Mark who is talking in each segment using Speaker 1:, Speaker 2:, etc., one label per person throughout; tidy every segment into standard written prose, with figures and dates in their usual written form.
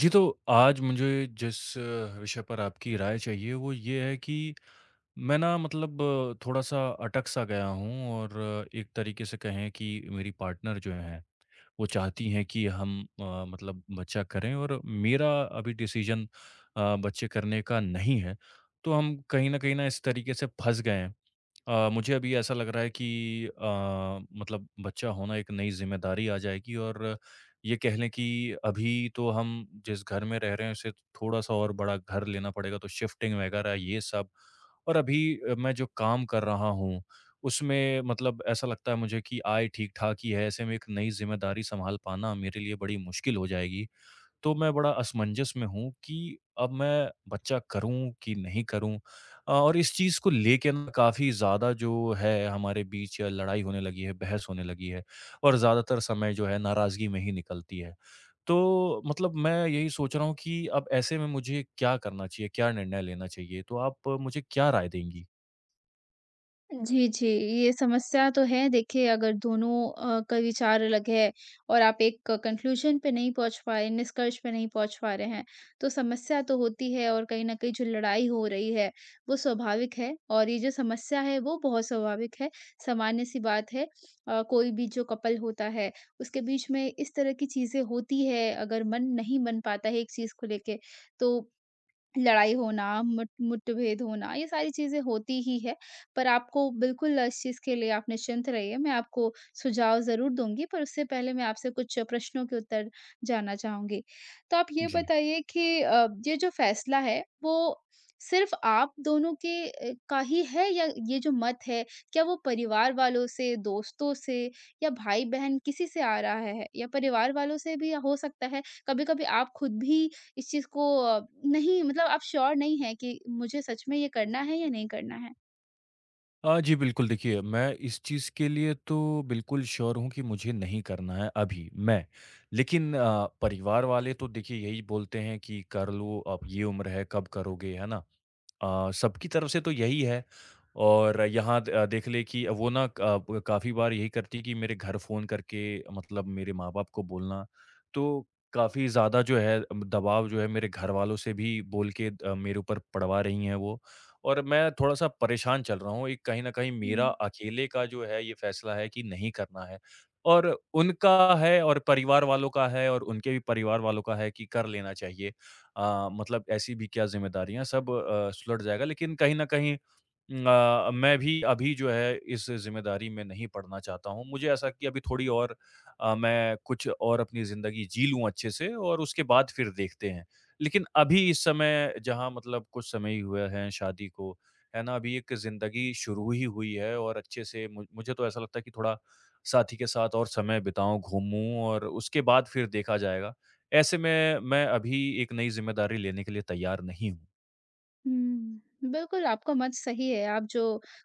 Speaker 1: जी, तो आज मुझे जिस विषय पर आपकी राय चाहिए वो ये है कि मैं ना मतलब थोड़ा-सा अटक सा गया हूँ। और एक तरीके से कहें कि मेरी पार्टनर जो हैं, वो चाहती हैं कि हम मतलब बच्चा करें, और मेरा अभी डिसीज़न बच्चे करने का नहीं है। तो हम कहीं न कहीं ना इस तरीके से फँस गए हैं। मुझे अभी ऐसा लग रहा है कि मतलब बच्चा होना एक नई ज़िम्मेदारी आ जाएगी, और ये कह लें कि अभी तो हम जिस घर में रह रहे हैं, उससे थोड़ा-सा और बड़ा घर लेना पड़ेगा, तो शिफ्टिंग वगैरह ये सब। और अभी मैं जो काम कर रहा हूँ, उसमें मतलब ऐसा लगता है मुझे कि आय ठीक-ठाक ही है, ऐसे में एक नई ज़िम्मेदारी सँभाल पाना मेरे लिए बड़ी मुश्किल हो जाएगी। तो मैं बड़ा असमंजस में हूँ कि अब मैं बच्चा करूँ कि नहीं करूँ। और इस चीज़ को लेके ना काफ़ी ज़्यादा जो है हमारे बीच लड़ाई होने लगी है, बहस होने लगी है, और ज़्यादातर समय जो है नाराज़गी में ही निकलती है। तो मतलब मैं यही सोच रहा हूँ कि अब ऐसे में मुझे क्या करना चाहिए, क्या निर्णय लेना चाहिए? तो आप मुझे क्या राय देंगी?
Speaker 2: जी, जी। ये समस्या तो है। देखिए, अगर दोनों का विचार अलग है और आप एक कन्क्लूज़न पे नहीं पहुँच पाए, निष्कर्ष पे नहीं पहुँच पा रहे हैं, तो समस्या तो होती है। और कहीं न कहीं जो लड़ाई हो रही है, वो स्वाभाविक है, और ये जो समस्या है वो बहुत स्वाभाविक है, सामान्य-सी बात है। कोई भी जो कपल होता है, उसके बीच में इस तरह की चीज़ें होती है। अगर मन नहीं बन पाता है एक चीज़ को लेके, तो लड़ाई होना, मुठभेद होना, ये सारी चीज़ें होती ही है। पर आपको बिल्कुल इस चीज़ के लिए आप निश्चिंत रहिए। मैं आपको सुझाव ज़रूर दूँगी, पर उससे पहले मैं आपसे कुछ प्रश्नों के उत्तर जानना चाहूँगी। तो आप ये
Speaker 1: जी।
Speaker 2: बताइए कि ये जो फ़ैसला है, वो सिर्फ़ आप दोनों के का ही है, या ये जो मत है, क्या वो परिवार वालों से, दोस्तों से, या भाई-बहन किसी से आ रहा है? या परिवार वालों से भी हो सकता है। कभी-कभी आप खुद भी इस चीज़ को नहीं, मतलब आप श्योर नहीं हैं कि मुझे सच में ये करना है या नहीं करना है?
Speaker 1: जी बिल्कुल, देखिए मैं इस चीज़ के लिए तो बिल्कुल श्योर हूँ कि मुझे नहीं करना है अभी, मैं। लेकिन परिवार वाले तो देखिए यही बोलते हैं कि कर लो, अब ये उम्र है, कब करोगे, है ना? सबकी तरफ से तो यही है। और यहाँ देख ले कि वो ना अ, ब काफ़ी बार यही करती है कि मेरे घर फ़ोन करके मतलब मेरे माँ-बाप को बोलना। तो काफ़ी ज़्यादा जो है दबाव जो है मेरे घरवालों से भी बोल के मेरे ऊपर पड़वा रही हैं वो। और मैं थोड़ा-सा परेशान चल रहा हूँ। एक कहीं न कहीं मेरा
Speaker 2: हुँ।
Speaker 1: अकेले का जो है ये फ़ैसला है कि नहीं करना है, और उनका है और परिवार वालों का है और उनके भी परिवार वालों का है कि कर लेना चाहिए। मतलब ऐसी भी क्या ज़िम्मेदारियाँ, सब सुलट जाएगा। लेकिन कहीं न कहीं मैं भी अभी जो है इस ज़िम्मेदारी में नहीं पड़ना चाहता हूँ। मुझे ऐसा कि अभी थोड़ी और मैं कुछ और अपनी ज़िंदगी जी लूँ अच्छे से, और उसके बाद फिर देखते हैं। लेकिन अभी इस समय जहाँ मतलब कुछ समय ही हुए हैं शादी को, है ना? अभी एक ज़िंदगी शुरू ही हुई है, और अच्छे से मु मुझे तो ऐसा लगता है कि थोड़ा साथी के साथ और समय बिताऊँ, घूमूँ, और उसके बाद फिर देखा जाएगा। ऐसे में मैं अभी एक नई ज़िम्मेदारी लेने के लिए तैयार नहीं हूँ।
Speaker 2: हुँ। बिल्कुल, आपका मत सही है। आप जो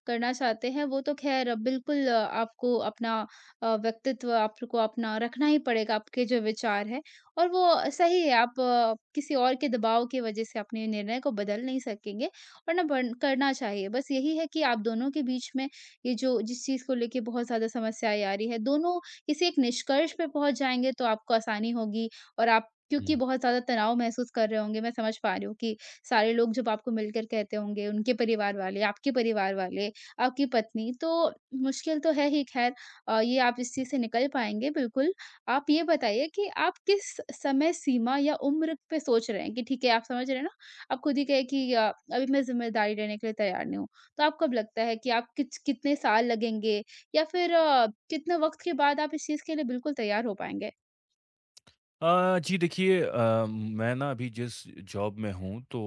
Speaker 2: करना चाहते हैं वो तो ख़ैर बिल्कुल आपको अपना व्यक्तित्व आपको अपना रखना ही पड़ेगा। आपके जो विचार हैं, और वो सही है, आप किसी और के दबाव की वज़ह से अपने निर्णय को बदल नहीं सकेंगे, और ना बन करना चाहिए। बस यही है कि आप दोनों के बीच में ये जो जिस चीज़ को लेके बहुत ज़्यादा समस्याएँ आ रही है, दोनों किसी एक निष्कर्ष पे पहुँच जाएँगे तो आपको आसानी होगी। और आप क्योंकि
Speaker 1: हुँ।
Speaker 2: बहुत ज़्यादा तनाव महसूस कर रहे होंगे, मैं समझ पा रही हूँ कि सारे लोग जब आपको मिलकर कहते होंगे, उनके परिवार वाले, आपके परिवार वाले, आपकी पत्नी, तो मुश्किल तो है ही ख़ैर। ये आप इस चीज़ से निकल पाएँगे बिल्कुल। आप ये बताइए कि आप किस समय सीमा या उम्र पे सोच रहे हैं कि ठीक है, आप समझ रहे हैं ना? आप खुद ही कहे कि अभी मैं ज़िम्मेदारी लेने के लिए तैयार नहीं हूँ। तो आपको कब लगता है कि आप किच कितने साल लगेंगे, या फिर कितने वक़्त के बाद आप इस चीज़ के लिए बिल्कुल तैयार हो पाएँगे?
Speaker 1: जी देखिए, मैं ना अभी जिस जॉब में हूँ, तो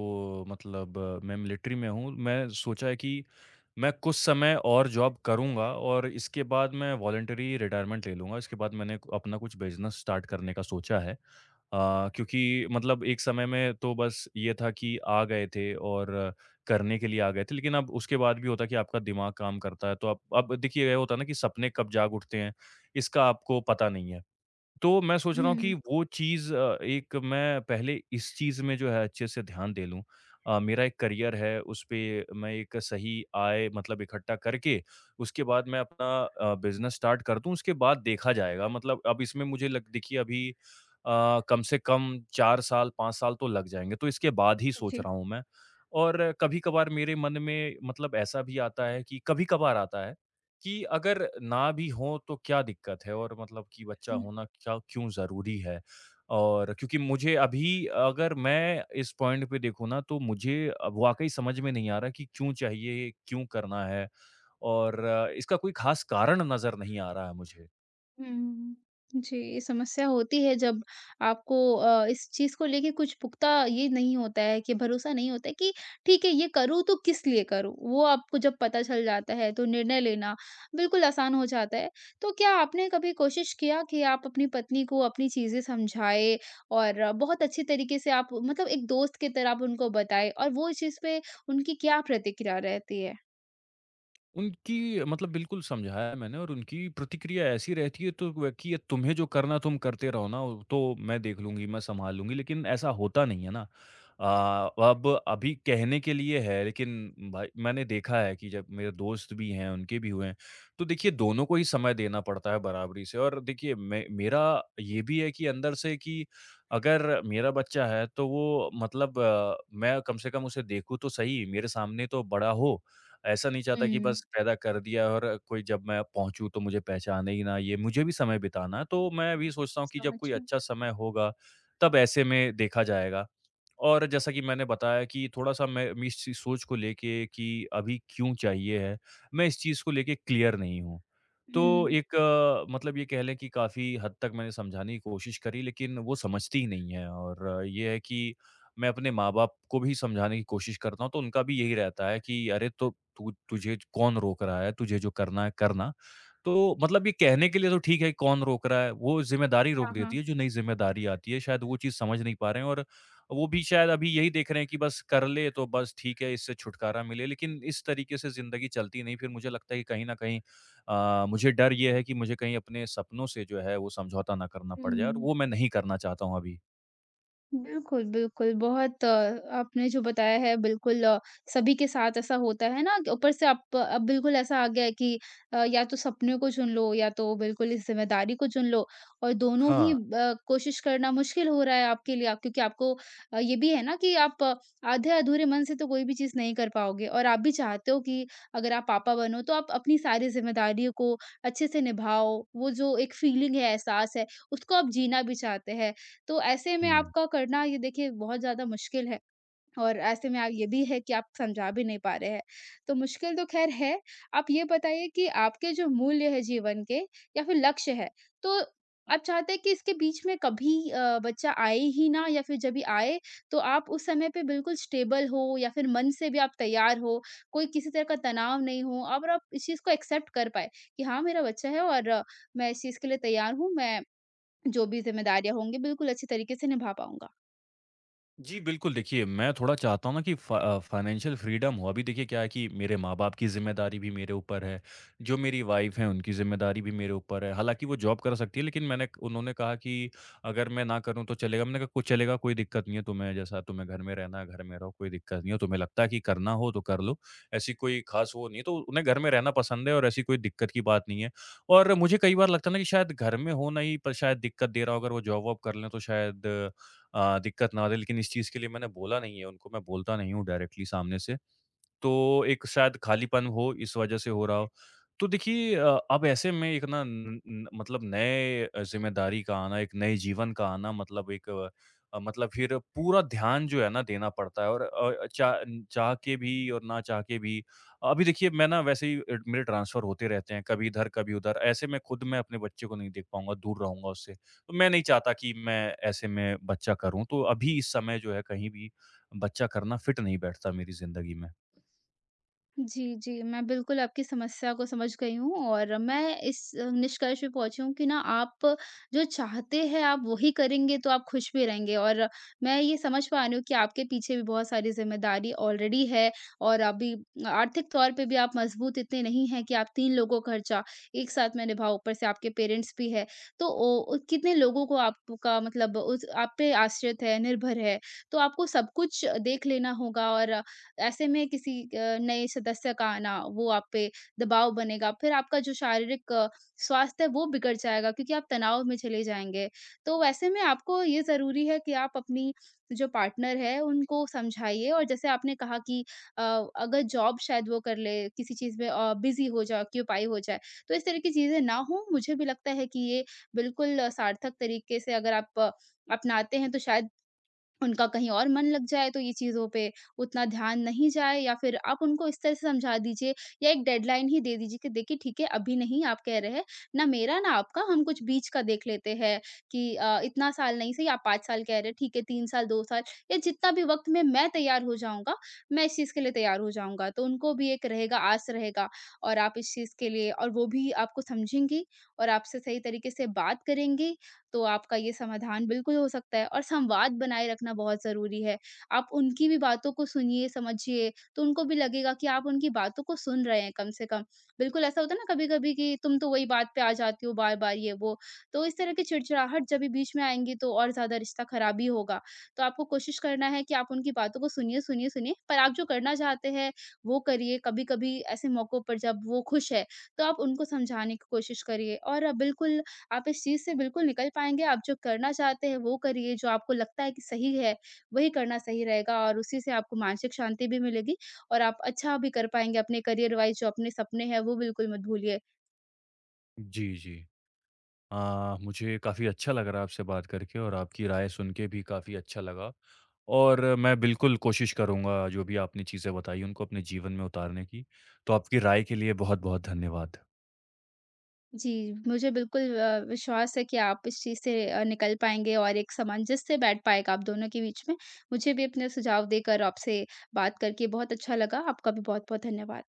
Speaker 1: मतलब मैं मिलिट्री में हूँ। मैं सोचा है कि मैं कुछ समय और जॉब करूँगा, और इसके बाद मैं वॉलंटरी रिटायरमेंट ले लूँगा। इसके बाद मैंने अपना कुछ बिज़नेस स्टार्ट करने का सोचा है। क्योंकि मतलब एक समय में तो बस ये था कि आ गए थे और करने के लिए आ गए थे। लेकिन अब उसके बाद भी होता है कि आपका दिमाग काम करता है। तो अब देखिए, ये होता है ना कि सपने कब जाग उठते हैं, इसका आपको पता नहीं है। तो मैं सोच रहा हूँ कि
Speaker 2: हुँ,
Speaker 1: वो चीज़, एक मैं पहले इस चीज़ में जो है अच्छे से ध्यान दे लूँ। मेरा एक करियर है, उस पे मैं एक सही आय मतलब इकट्ठा करके उसके बाद मैं अपना बिज़नेस स्टार्ट कर दूँ, उसके बाद देखा जाएगा। मतलब अब इसमें मुझे लग देखिए, अभी कम से कम 4 साल 5 साल तो लग जाएँगे, तो इसके बाद ही
Speaker 2: जी।
Speaker 1: सोच रहा हूँ मैं। और कभी-कभार मेरे मन में मतलब ऐसा भी आता है, कि कभी-कभार आता है कि अगर ना भी हो तो क्या दिक्कत है, और मतलब कि बच्चा होना क्या, क्यों ज़रूरी है? और क्योंकि मुझे अभी, अगर मैं इस पॉइंट पे देखूँ ना, तो मुझे अब वाक़ई समझ में नहीं आ रहा कि क्यों चाहिए, क्यों करना है, और इसका कोई ख़ास कारण नज़र नहीं आ रहा है मुझे।
Speaker 2: हुँ। जी, समस्या होती है जब आपको इस चीज़ को लेके कुछ पुख्ता ये नहीं होता है कि भरोसा नहीं होता है कि ठीक है ये करूँ तो किस लिए करूँ? वो आपको जब पता चल जाता है तो निर्णय लेना बिल्कुल आसान हो जाता है। तो क्या आपने कभी कोशिश किया कि आप अपनी पत्नी को अपनी चीज़ें समझाएँ, और बहुत अच्छे तरीके से आप मतलब एक दोस्त की तरह आप उनको बताएँ, और वो इस चीज़ पे उनकी क्या प्रतिक्रिया रहती है?
Speaker 1: उनकी मतलब बिल्कुल समझाया मैंने, और उनकी प्रतिक्रिया ऐसी रहती है तो कि ये तुम्हें जो करना तुम करते रहो ना, वो तो मैं देख लूंगी, मैं संभाल लूंगी, लेकिन ऐसा होता नहीं है ना। अब अभी कहने के लिए है, लेकिन भाई मैंने देखा है कि जब मेरे दोस्त भी हैं उनके भी हुए हैं, तो देखिए दोनों को ही समय देना पड़ता है बराबरी से। और देखिए मेरा ये भी है कि अंदर से कि अगर मेरा बच्चा है तो वो मतलब मैं कम से कम उसे देखूँ तो सही, मेरे सामने तो बड़ा हो। ऐसा नहीं चाहता कि
Speaker 2: हुँ,
Speaker 1: बस पैदा कर दिया, और कोई जब मैं पहुँचूँ तो मुझे पहचाने ही ना, ये मुझे भी समय बिताना है। तो मैं भी सोचता हूँ कि जब
Speaker 2: समझ
Speaker 1: कोई
Speaker 2: रही हूँ।
Speaker 1: अच्छा समय होगा, तब ऐसे में देखा जाएगा। और जैसा कि मैंने बताया कि थोड़ा-सा मैं इस चीज़ सोच को लेके कि अभी क्यों चाहिए है, मैं इस चीज़ को लेके क्लियर नहीं हूँ। तो
Speaker 2: हुँ।
Speaker 1: एक मतलब ये कह लें कि काफ़ी हद तक मैंने समझाने की कोशिश करी, लेकिन वो समझती ही नहीं है। और ये है कि मैं अपने माँ-बाप को भी समझाने की कोशिश करता हूँ, तो उनका भी यही रहता है कि अरे तो तू तुझे कौन रोक रहा है, तुझे जो करना है करना। तो मतलब ये कहने के लिए तो ठीक है कौन रोक रहा है, वो ज़िम्मेदारी
Speaker 2: हाँ,
Speaker 1: रोक देती
Speaker 2: हाँ।
Speaker 1: है, जो नई ज़िम्मेदारी आती है शायद वो चीज़ समझ नहीं पा रहे हैं। और वो भी शायद अभी यही देख रहे हैं कि बस कर ले तो बस ठीक है, इससे छुटकारा मिले, लेकिन इस तरीके से ज़िंदगी चलती नहीं। फिर मुझे लगता है कि कहीं न कहीं मुझे डर ये है कि मुझे कहीं अपने सपनों से जो है वो समझौता ना करना पड़ जाए, और
Speaker 2: हुँ।
Speaker 1: वो मैं नहीं करना चाहता हूँ अभी।
Speaker 2: बिल्कुल, बिल्कुल। बहुत आपने जो बताया है बिल्कुल सभी के साथ ऐसा होता है ना, कि ऊपर से आप अब बिल्कुल ऐसा आ गया है कि या तो सपने को चुन लो, या तो बिल्कुल इस ज़िम्मेदारी को चुन लो, और दोनों ही
Speaker 1: हाँ।
Speaker 2: कोशिश करना मुश्किल हो रहा है आपके लिए। आप क्योंकि आपको ये भी है ना कि आप आधे-अधूरे मन से तो कोई भी चीज़ नहीं कर पाओगे, और आप भी चाहते हो कि अगर आप पापा बनो तो आप अपनी सारी ज़िम्मेदारियों को अच्छे से निभाओ। वो जो एक फीलिंग है, एहसास है, उसको आप जीना भी चाहते हैं। तो ऐसे में
Speaker 1: हुँ।
Speaker 2: आपका करना ये देखिए बहुत ज़्यादा मुश्किल है, और ऐसे में आप ये भी है कि आप समझा भी नहीं पा रहे हैं। तो मुश्किल तो ख़ैर है। आप ये बताइए कि आपके जो मूल्य है जीवन के, या फिर लक्ष्य है, तो आप चाहते हैं कि इसके बीच में कभी बच्चा आए ही ना, या फिर जब भी आए तो आप उस समय पे बिल्कुल स्टेबल हो, या फिर मन से भी आप तैयार हो, कोई किसी तरह का तनाव नहीं हो, और आप इस चीज़ को एक्सेप्ट कर पाएँ कि हाँ, मेरा बच्चा है और मैं इस चीज़ के लिए तैयार हूँ, मैं जो भी ज़िम्मेदारियाँ होंगी बिल्कुल अच्छे तरीके से निभा पाऊँगा।
Speaker 1: जी, बिल्कुल देखिए, मैं थोड़ा चाहता हूँ ना कि फ़ाइनेंशियल फ्रीडम हो। अभी देखिए क्या है कि मेरे माँ-बाप की ज़िम्मेदारी भी मेरे ऊपर है, जो मेरी वाइफ़ हैं उनकी ज़िम्मेदारी भी मेरे ऊपर है। हालाँकि वो जॉब कर सकती है, लेकिन मैंने उन्होंने कहा कि अगर मैं ना करूँ तो चलेगा? मैंने कहा कुछ चलेगा, कोई दिक्कत नहीं है तुम्हें, जैसा तुम्हें घर में रहना है, घर में रहो, कोई दिक्कत नहीं है। तुम्हें लगता है कि करना हो तो कर लो, ऐसी कोई ख़ास वो नहीं है। तो उन्हें घर में रहना पसंद है, और ऐसी कोई दिक्कत की बात नहीं है। और मुझे कई बार लगता है ना कि शायद घर में होना ही पर शायद दिक्कत दे रहा हो, अगर वो जॉब-वॉब कर लें तो शायद दिक्कत ना हो रही, लेकिन इस चीज़ के लिए मैंने बोला नहीं है उनको, मैं बोलता नहीं हूँ डायरेक्टली सामने से। तो एक शायद खालीपन हो, इस वजह से हो रहा हो। तो देखिए अब ऐसे में एक ना न न मतलब नए ज़िम्मेदारी का आना, एक नए जीवन का आना मतलब एक मतलब फिर पूरा ध्यान जो है ना देना पड़ता है, और अ, चा चाह के भी और ना चाह के भी। अभी देखिए मैं ना वैसे ही मेरे ट्रांसफ़र होते रहते हैं, कभी इधर कभी उधर। ऐसे में खुद मैं अपने बच्चे को नहीं देख पाऊँगा, दूर रहूँगा उससे। तो मैं नहीं चाहता कि मैं ऐसे में बच्चा करूँ, तो अभी इस समय जो है कहीं भी बच्चा करना फिट नहीं बैठता मेरी ज़िंदगी में।
Speaker 2: जी, जी। मैं बिल्कुल आपकी समस्या को समझ गई हूँ, और मैं इस निष्कर्ष पे पहुँची हूँ कि ना, आप जो चाहते हैं आप वही करेंगे तो आप खुश भी रहेंगे। और मैं ये समझ पा रही हूँ कि आपके पीछे भी बहुत सारी ज़िम्मेदारी ऑलरेडी है, और अभी आर्थिक तौर पे भी आप मज़बूत इतने नहीं हैं कि आप 3 लोगों का खर्चा एक साथ में निभाओ। ऊपर से आपके पेरेंट्स भी हैं। तो ओ कितने लोगों को आपका मतलब उस आप पे आश्रित है, निर्भर है, तो आपको सब कुछ देख लेना होगा। और ऐसे में किसी नए सदस्य का आना वो आप पे दबाव बनेगा, फिर आपका जो शारीरिक स्वास्थ्य है वो बिगड़ जाएगा, क्योंकि आप तनाव में चले जाएँगे। तो वैसे में आपको ये ज़रूरी है कि आप अपनी जो पार्टनर है उनको समझाइए, और जैसे आपने कहा कि अ, अगर जॉब शायद वो कर ले, किसी चीज़ में बिज़ी हो जाए, ऑक्यूपाई हो जाए, तो इस तरह की चीज़ें ना हो। मुझे भी लगता है कि ये बिल्कुल सार्थक तरीके से अगर आप अपनाते हैं तो शायद उनका कहीं और मन लग जाए, तो ये चीज़ों पे उतना ध्यान नहीं जाए, या फिर आप उनको इस तरह से समझा दीजिए, या एक डेडलाइन ही दे दीजिए कि देखिए ठीक है अभी नहीं, आप कह रहे हैं ना, मेरा ना आपका, हम कुछ बीच का देख लेते हैं कि इतना साल नहीं सही, आप 5 साल कह रहे हैं, ठीक है 3 साल, 2 साल, या जितना भी वक्त में मैं तैयार हो जाऊँगा, मैं इस चीज़ के लिए तैयार हो जाऊँगा। तो उनको भी एक रहेगा, आस रहेगा, और आप इस चीज़ के लिए और वो भी आपको समझेंगी और आपसे सही तरीके से बात करेंगी, तो आपका ये समाधान बिल्कुल हो सकता है, और संवाद बनाए रखना बहुत ज़रूरी है। आप उनकी भी बातों को सुनिए, समझिए, तो उनको भी लगेगा कि आप उनकी बातों को सुन रहे हैं कम से कम। बिल्कुल ऐसा होता है ना कभी-कभी कि तुम तो वही बात पे आ जाती हो बार-बार, ये वो। तो इस तरह की चिड़चिड़ाहट जब भी बीच में आएँगी तो और ज़्यादा रिश्ता ख़राब ही होगा। तो आपको कोशिश करना है कि आप उनकी बातों को सुनिए, सुनिए, सुनिए, पर आप जो करना चाहते हैं वो करिए। कभी-कभी ऐसे मौकों पर जब वो खुश है, तो आप उनको समझाने की कोशिश करिए, और बिल्कुल आप इस चीज़ से बिल्कुल निकल पाएँगे। आप जो करना चाहते हैं वो करिए, जो आपको लगता है कि सही है, वही करना सही रहेगा, और उसी से आपको मानसिक शांति भी मिलेगी, और आप अच्छा भी कर पाएँगे अपने करियर वाइज़। जो अपने सपने हैं वो बिल्कुल मत भूलिए।
Speaker 1: जी, जी। मुझे काफ़ी अच्छा लग रहा है आपसे बात करके, और आपकी राय सुन के भी काफ़ी अच्छा लगा। और मैं बिल्कुल कोशिश करूँगा जो भी आपने चीज़ें बताई, उनको अपने जीवन में उतारने की। तो आपकी राय के लिए बहुत-बहुत धन्यवाद।
Speaker 2: जी, मुझे बिल्कुल विश्वास है कि आप इस चीज़ से निकल पाएँगे, और एक सामंजस्य बैठ पाएगा आप दोनों के बीच में। मुझे भी अपने सुझाव देकर आपसे बात करके बहुत अच्छा लगा, आपका भी बहुत-बहुत धन्यवाद।